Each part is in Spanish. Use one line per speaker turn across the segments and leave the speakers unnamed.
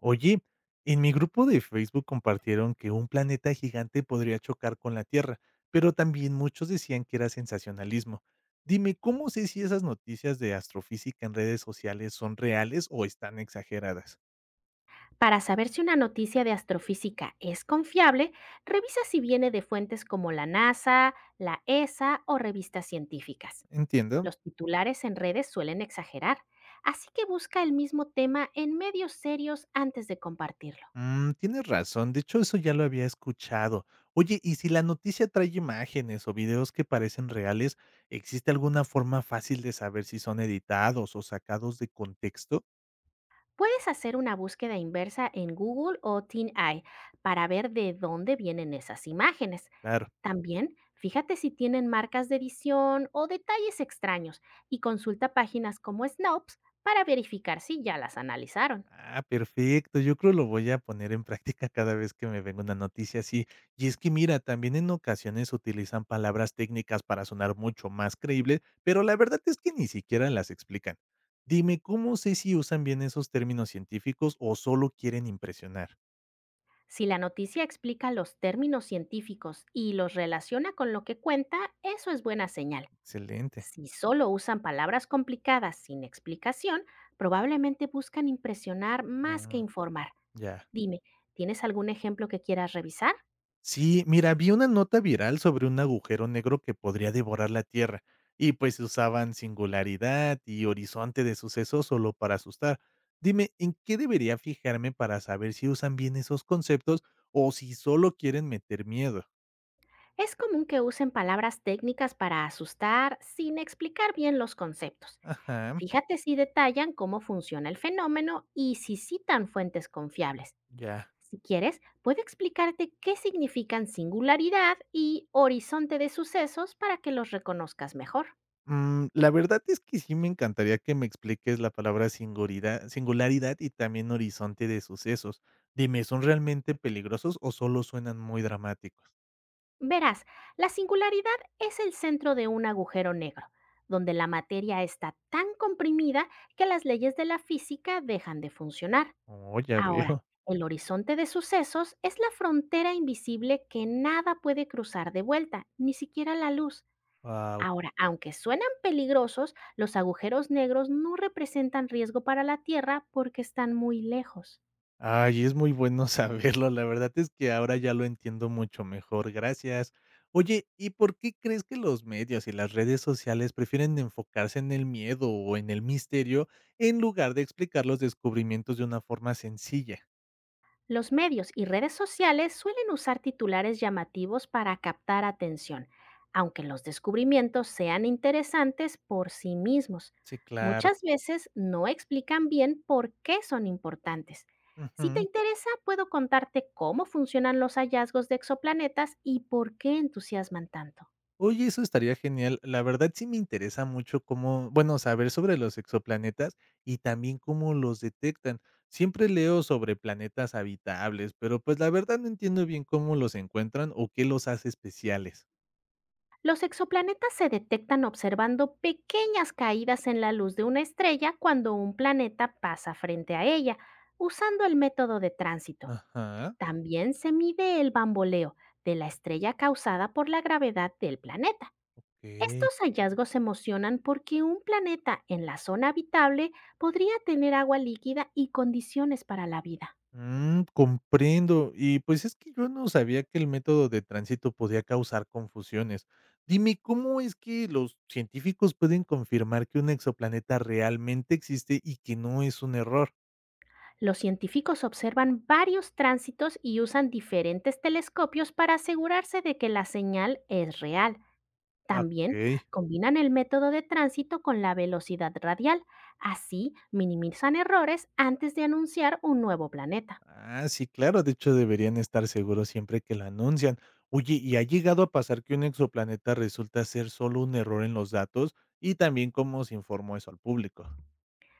Oye, en mi grupo de Facebook compartieron que un planeta gigante podría chocar con la Tierra, pero también muchos decían que era sensacionalismo. Dime, ¿cómo sé si esas noticias de astrofísica en redes sociales son reales o están exageradas?
Para saber si una noticia de astrofísica es confiable, revisa si viene de fuentes como la NASA, la ESA o revistas científicas.
Entiendo.
Los titulares en redes suelen exagerar, así que busca el mismo tema en medios serios antes de compartirlo.
Tienes razón, de hecho eso ya lo había escuchado. Oye, ¿y si la noticia trae imágenes o videos que parecen reales, existe alguna forma fácil de saber si son editados o sacados de contexto?
Puedes hacer una búsqueda inversa en Google o TinEye para ver de dónde vienen esas imágenes.
Claro.
También, fíjate si tienen marcas de edición o detalles extraños y consulta páginas como Snopes para verificar si ya las analizaron.
Ah, perfecto. Yo creo lo voy a poner en práctica cada vez que me venga una noticia así. Y es que mira, también en ocasiones utilizan palabras técnicas para sonar mucho más creíble, pero la verdad es que ni siquiera las explican. Dime, ¿cómo sé si usan bien esos términos científicos o solo quieren impresionar?
Si la noticia explica los términos científicos y los relaciona con lo que cuenta, eso es buena señal.
Excelente.
Si solo usan palabras complicadas sin explicación, probablemente buscan impresionar más que
Mm,
informar.
ya.
Dime, ¿tienes algún ejemplo que quieras revisar?
Sí, mira, vi una nota viral sobre un agujero negro que podría devorar la Tierra, y pues usaban singularidad y horizonte de sucesos solo para asustar. Dime, ¿en qué debería fijarme para saber si usan bien esos conceptos o si solo quieren meter miedo?
Es común que usen palabras técnicas para asustar sin explicar bien los conceptos.
Ajá.
Fíjate si detallan cómo funciona el fenómeno y si citan fuentes confiables.
Ya.
Si quieres, puedo explicarte qué significan singularidad y horizonte de sucesos para que los reconozcas mejor.
La verdad es que sí me encantaría que me expliques la palabra singularidad, singularidad y también horizonte de sucesos. Dime, ¿son realmente peligrosos o solo suenan muy dramáticos?
Verás, la singularidad es el centro de un agujero negro, donde la materia está tan comprimida que las leyes de la física dejan de funcionar.
Oh, ya
Ahora,
veo.
el horizonte de sucesos es la frontera invisible que nada puede cruzar de vuelta, ni siquiera la luz.
Wow.
Ahora, aunque suenan peligrosos, los agujeros negros no representan riesgo para la Tierra porque están muy lejos.
Ay, es muy bueno saberlo. La verdad es que ahora ya lo entiendo mucho mejor. Gracias. Oye, ¿y por qué crees que los medios y las redes sociales prefieren enfocarse en el miedo o en el misterio en lugar de explicar los descubrimientos de una forma sencilla?
Los medios y redes sociales suelen usar titulares llamativos para captar atención, aunque los descubrimientos sean interesantes por sí mismos.
Sí, claro.
Muchas veces no explican bien por qué son importantes. Si te
Ujú.
interesa, puedo contarte cómo funcionan los hallazgos de exoplanetas y por qué entusiasman tanto.
Oye, eso estaría genial. La verdad sí me interesa mucho cómo, bueno, saber sobre los exoplanetas y también cómo los detectan. Siempre leo sobre planetas habitables, pero pues la verdad no entiendo bien cómo los encuentran o qué los hace especiales.
Los exoplanetas se detectan observando pequeñas caídas en la luz de una estrella cuando un planeta pasa frente a ella, usando el método de tránsito.
Ajá,
También se mide el bamboleo de la estrella causada por la gravedad del planeta.
ok.
Estos hallazgos emocionan porque un planeta en la zona habitable podría tener agua líquida y condiciones para la vida.
Comprendo. Y pues es que yo no sabía que el método de tránsito podía causar confusiones. Dime, ¿cómo es que los científicos pueden confirmar que un exoplaneta realmente existe y que no es un error?
Los científicos observan varios tránsitos y usan diferentes telescopios para asegurarse de que la señal es real.
Ah,
También
okey.
combinan el método de tránsito con la velocidad radial. Así minimizan errores antes de anunciar un nuevo planeta.
Ah, sí, claro, de hecho, deberían estar seguros siempre que lo anuncian. Oye, ¿y ha llegado a pasar que un exoplaneta resulta ser solo un error en los datos? Y también, ¿cómo se informó eso al público?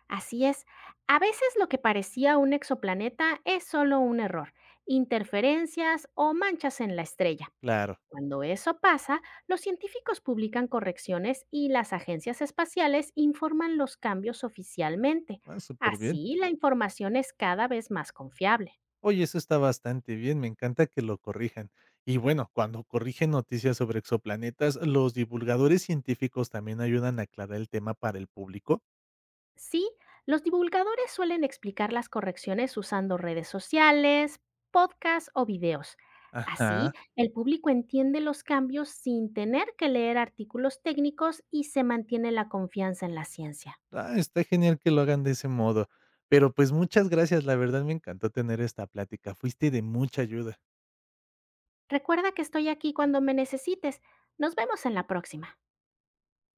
Así es, a veces lo que parecía un exoplaneta es solo un error, interferencias o manchas en la estrella.
Claro.
Cuando eso pasa, los científicos publican correcciones y las agencias espaciales informan los cambios oficialmente.
Ah, súper bien.
Así, la información es cada vez más confiable.
Oye, eso está bastante bien, me encanta que lo corrijan. Y bueno, cuando corrigen noticias sobre exoplanetas, ¿los divulgadores científicos también ayudan a aclarar el tema para el público?
Sí, los divulgadores suelen explicar las correcciones usando redes sociales, podcasts o videos.
Ajá.
Así, el público entiende los cambios sin tener que leer artículos técnicos y se mantiene la confianza en la ciencia.
Ah, está genial que lo hagan de ese modo. Pero, pues, muchas gracias, la verdad me encantó tener esta plática, fuiste de mucha ayuda.
Recuerda que estoy aquí cuando me necesites. Nos vemos en la próxima.